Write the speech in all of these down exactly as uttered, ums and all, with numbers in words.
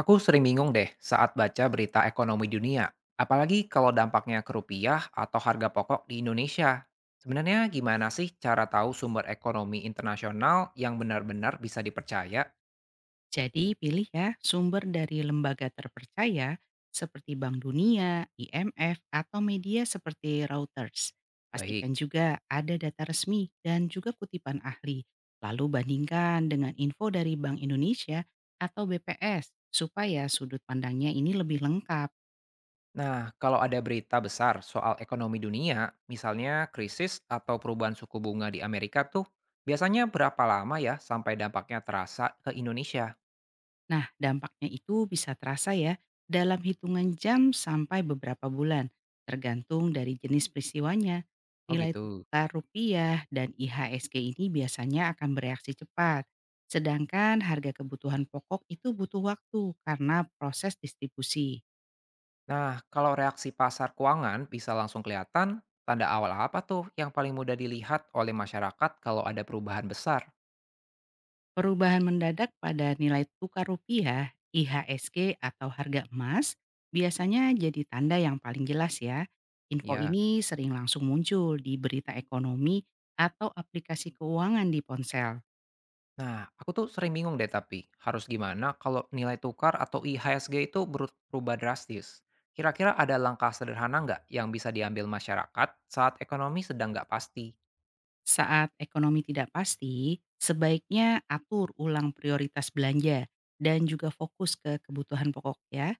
Aku sering bingung deh saat baca berita ekonomi dunia, apalagi kalau dampaknya ke rupiah atau harga pokok di Indonesia. Sebenarnya gimana sih cara tahu sumber ekonomi internasional yang benar-benar bisa dipercaya? Jadi pilih ya sumber dari lembaga terpercaya seperti Bank Dunia, I M F, atau media seperti Reuters. Baik. Pastikan juga ada data resmi dan juga kutipan ahli. Lalu bandingkan dengan info dari Bank Indonesia atau B P S supaya sudut pandangnya ini lebih lengkap. Nah, kalau ada berita besar soal ekonomi dunia, misalnya krisis atau perubahan suku bunga di Amerika tuh, biasanya berapa lama ya sampai dampaknya terasa ke Indonesia? Nah, dampaknya itu bisa terasa ya dalam hitungan jam sampai beberapa bulan, tergantung dari jenis peristiwanya. Oh Nilai gitu. tukar rupiah dan I H S G ini biasanya akan bereaksi cepat. Sedangkan harga kebutuhan pokok itu butuh waktu karena proses distribusi. Nah, kalau reaksi pasar keuangan bisa langsung kelihatan, tanda awal apa tuh yang paling mudah dilihat oleh masyarakat kalau ada perubahan besar? Perubahan mendadak pada nilai tukar rupiah, I H S G atau harga emas biasanya jadi tanda yang paling jelas ya. Info Ya. ini sering langsung muncul di berita ekonomi atau aplikasi keuangan di ponsel. Nah, aku tuh sering bingung deh tapi, harus gimana kalau nilai tukar atau I H S G itu beru- berubah drastis? Kira-kira ada langkah sederhana nggak yang bisa diambil masyarakat saat ekonomi sedang nggak pasti? Saat ekonomi tidak pasti, sebaiknya atur ulang prioritas belanja dan juga fokus ke kebutuhan pokok ya.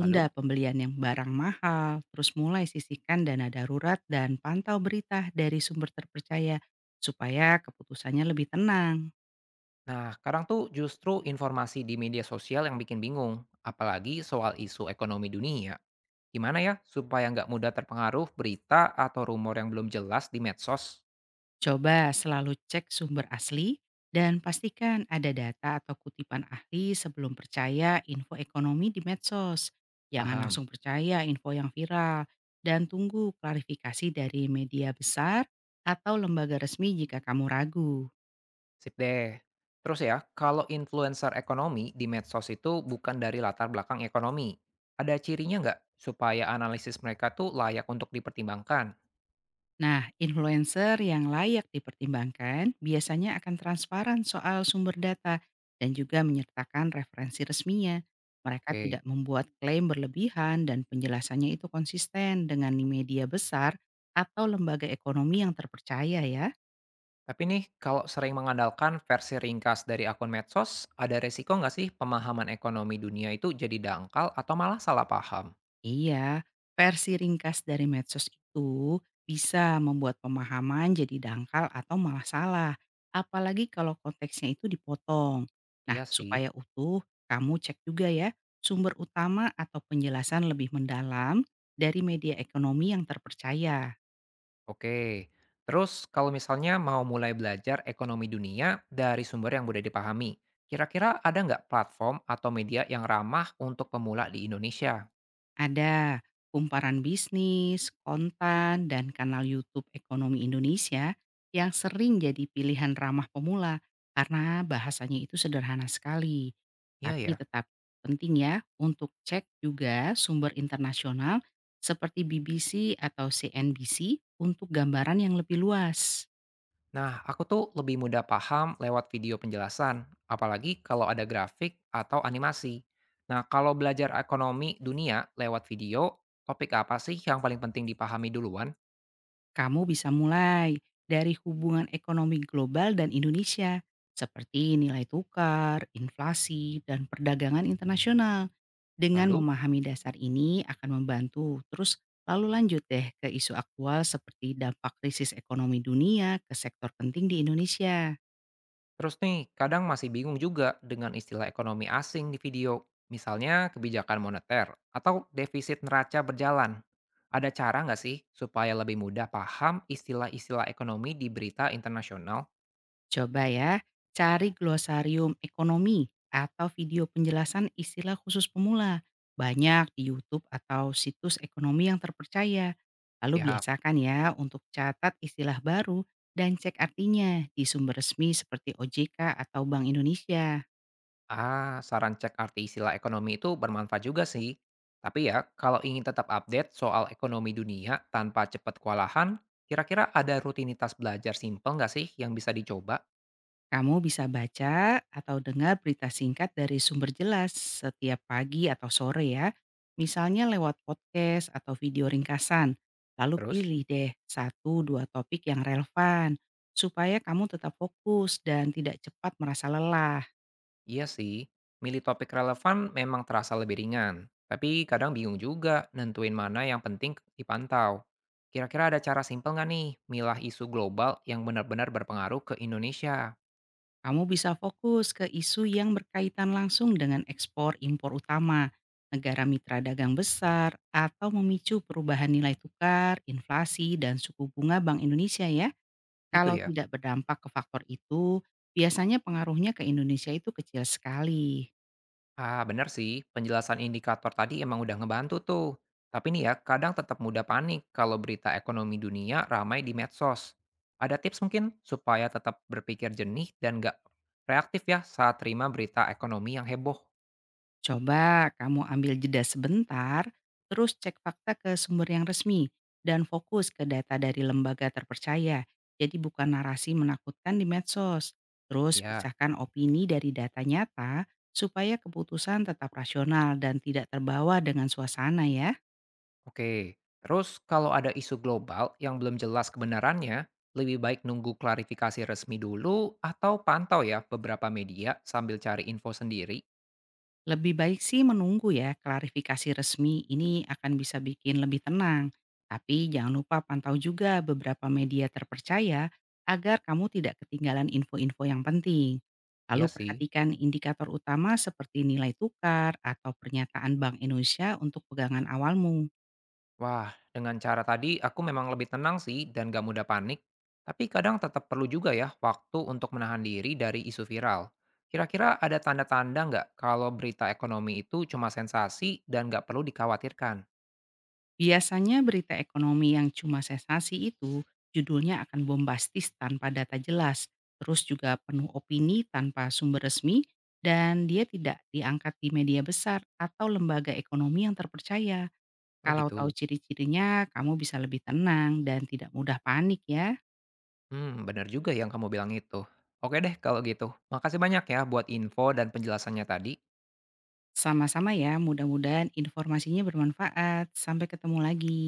Lalu? pembelian yang barang mahal, terus mulai sisihkan dana darurat dan pantau berita dari sumber terpercaya supaya keputusannya lebih tenang. Nah, sekarang tuh justru informasi di media sosial yang bikin bingung, apalagi soal isu ekonomi dunia. Gimana ya supaya nggak mudah terpengaruh berita atau rumor yang belum jelas di medsos? Coba selalu cek sumber asli dan pastikan ada data atau kutipan ahli sebelum percaya info ekonomi di medsos. Jangan Paham. langsung percaya info yang viral dan tunggu klarifikasi dari media besar atau lembaga resmi jika kamu ragu. Sip deh. Terus ya, kalau influencer ekonomi di medsos itu bukan dari latar belakang ekonomi. Ada cirinya nggak supaya analisis mereka tuh layak untuk dipertimbangkan? Nah, influencer yang layak dipertimbangkan biasanya akan transparan soal sumber data dan juga menyertakan referensi resminya. Mereka Oke. tidak membuat klaim berlebihan dan penjelasannya itu konsisten dengan media besar atau lembaga ekonomi yang terpercaya ya. Tapi nih, kalau sering mengandalkan versi ringkas dari akun medsos, ada resiko nggak sih pemahaman ekonomi dunia itu jadi dangkal atau malah salah paham? Iya, versi ringkas dari medsos itu bisa membuat pemahaman jadi dangkal atau malah salah, apalagi kalau konteksnya itu dipotong. Nah, Iya sih. supaya utuh, kamu cek juga ya sumber utama atau penjelasan lebih mendalam dari media ekonomi yang terpercaya. Oke, terus kalau misalnya mau mulai belajar ekonomi dunia dari sumber yang mudah dipahami, kira-kira ada nggak platform atau media yang ramah untuk pemula di Indonesia? Ada kumparan bisnis, kontan, dan kanal YouTube Ekonomi Indonesia yang sering jadi pilihan ramah pemula karena bahasanya itu sederhana sekali. Iya Tapi ya. tetap penting ya untuk cek juga sumber internasional seperti B B C atau C N B C untuk gambaran yang lebih luas. Nah, aku tuh lebih mudah paham lewat video penjelasan, apalagi kalau ada grafik atau animasi. Nah, kalau belajar ekonomi dunia lewat video, topik apa sih yang paling penting dipahami duluan? Kamu bisa mulai dari hubungan ekonomi global dan Indonesia, seperti nilai tukar, inflasi, dan perdagangan internasional. Dengan Lalu? memahami dasar ini akan membantu. Terus lalu lanjut deh ke isu aktual seperti dampak krisis ekonomi dunia ke sektor penting di Indonesia. Terus nih, kadang masih bingung juga dengan istilah ekonomi asing di video, misalnya kebijakan moneter atau defisit neraca berjalan. Ada cara nggak sih supaya lebih mudah paham istilah-istilah ekonomi di berita internasional? Coba ya, cari glosarium ekonomi atau video penjelasan istilah khusus pemula. Banyak di YouTube atau situs ekonomi yang terpercaya. Lalu Siap. biasakan ya untuk catat istilah baru dan cek artinya di sumber resmi seperti O J K atau Bank Indonesia. Ah, saran cek arti istilah ekonomi itu bermanfaat juga sih. Tapi ya, kalau ingin tetap update soal ekonomi dunia tanpa cepat kewalahan, kira-kira ada rutinitas belajar simpel nggak sih yang bisa dicoba? Kamu bisa baca atau dengar berita singkat dari sumber jelas setiap pagi atau sore ya. Misalnya lewat podcast atau video ringkasan. Lalu Terus? pilih deh satu dua topik yang relevan supaya kamu tetap fokus dan tidak cepat merasa lelah. Iya sih, milih topik relevan memang terasa lebih ringan, tapi kadang bingung juga nentuin mana yang penting dipantau. Kira-kira ada cara simpel nggak nih milah isu global yang benar-benar berpengaruh ke Indonesia? Kamu bisa fokus ke isu yang berkaitan langsung dengan ekspor impor utama, negara mitra dagang besar atau memicu perubahan nilai tukar, inflasi dan suku bunga Bank Indonesia ya. Gitu Kalau ya? tidak berdampak ke faktor itu, biasanya pengaruhnya ke Indonesia itu kecil sekali. Ah bener sih, penjelasan indikator tadi emang udah ngebantu tuh. Tapi nih ya, kadang tetap mudah panik kalau berita ekonomi dunia ramai di medsos. Ada tips mungkin supaya tetap berpikir jernih dan nggak reaktif ya saat terima berita ekonomi yang heboh? Coba kamu ambil jeda sebentar, terus cek fakta ke sumber yang resmi, dan fokus ke data dari lembaga terpercaya. Jadi bukan narasi menakutkan di medsos. Terus Ya. pisahkan opini dari data nyata, supaya keputusan tetap rasional dan tidak terbawa dengan suasana ya. Oke, terus kalau ada isu global yang belum jelas kebenarannya, lebih baik nunggu klarifikasi resmi dulu atau pantau ya beberapa media sambil cari info sendiri. Lebih baik sih menunggu ya klarifikasi resmi ini akan bisa bikin lebih tenang. Tapi jangan lupa pantau juga beberapa media terpercaya agar kamu tidak ketinggalan info-info yang penting. Lalu Iya sih. perhatikan indikator utama seperti nilai tukar atau pernyataan Bank Indonesia untuk pegangan awalmu. Wah, dengan cara tadi aku memang lebih tenang sih dan gak mudah panik. Tapi kadang tetap perlu juga ya waktu untuk menahan diri dari isu viral. Kira-kira ada tanda-tanda nggak kalau berita ekonomi itu cuma sensasi dan nggak perlu dikhawatirkan? Biasanya berita ekonomi yang cuma sensasi itu judulnya akan bombastis tanpa data jelas, terus juga penuh opini tanpa sumber resmi, dan dia tidak diangkat di media besar atau lembaga ekonomi yang terpercaya. Oh Kalau tahu gitu. ciri-cirinya, kamu bisa lebih tenang dan tidak mudah panik ya. Hmm, benar juga yang kamu bilang itu. Oke deh kalau gitu. Makasih banyak ya buat info dan penjelasannya tadi. Sama-sama ya, mudah-mudahan informasinya bermanfaat. Sampai ketemu lagi.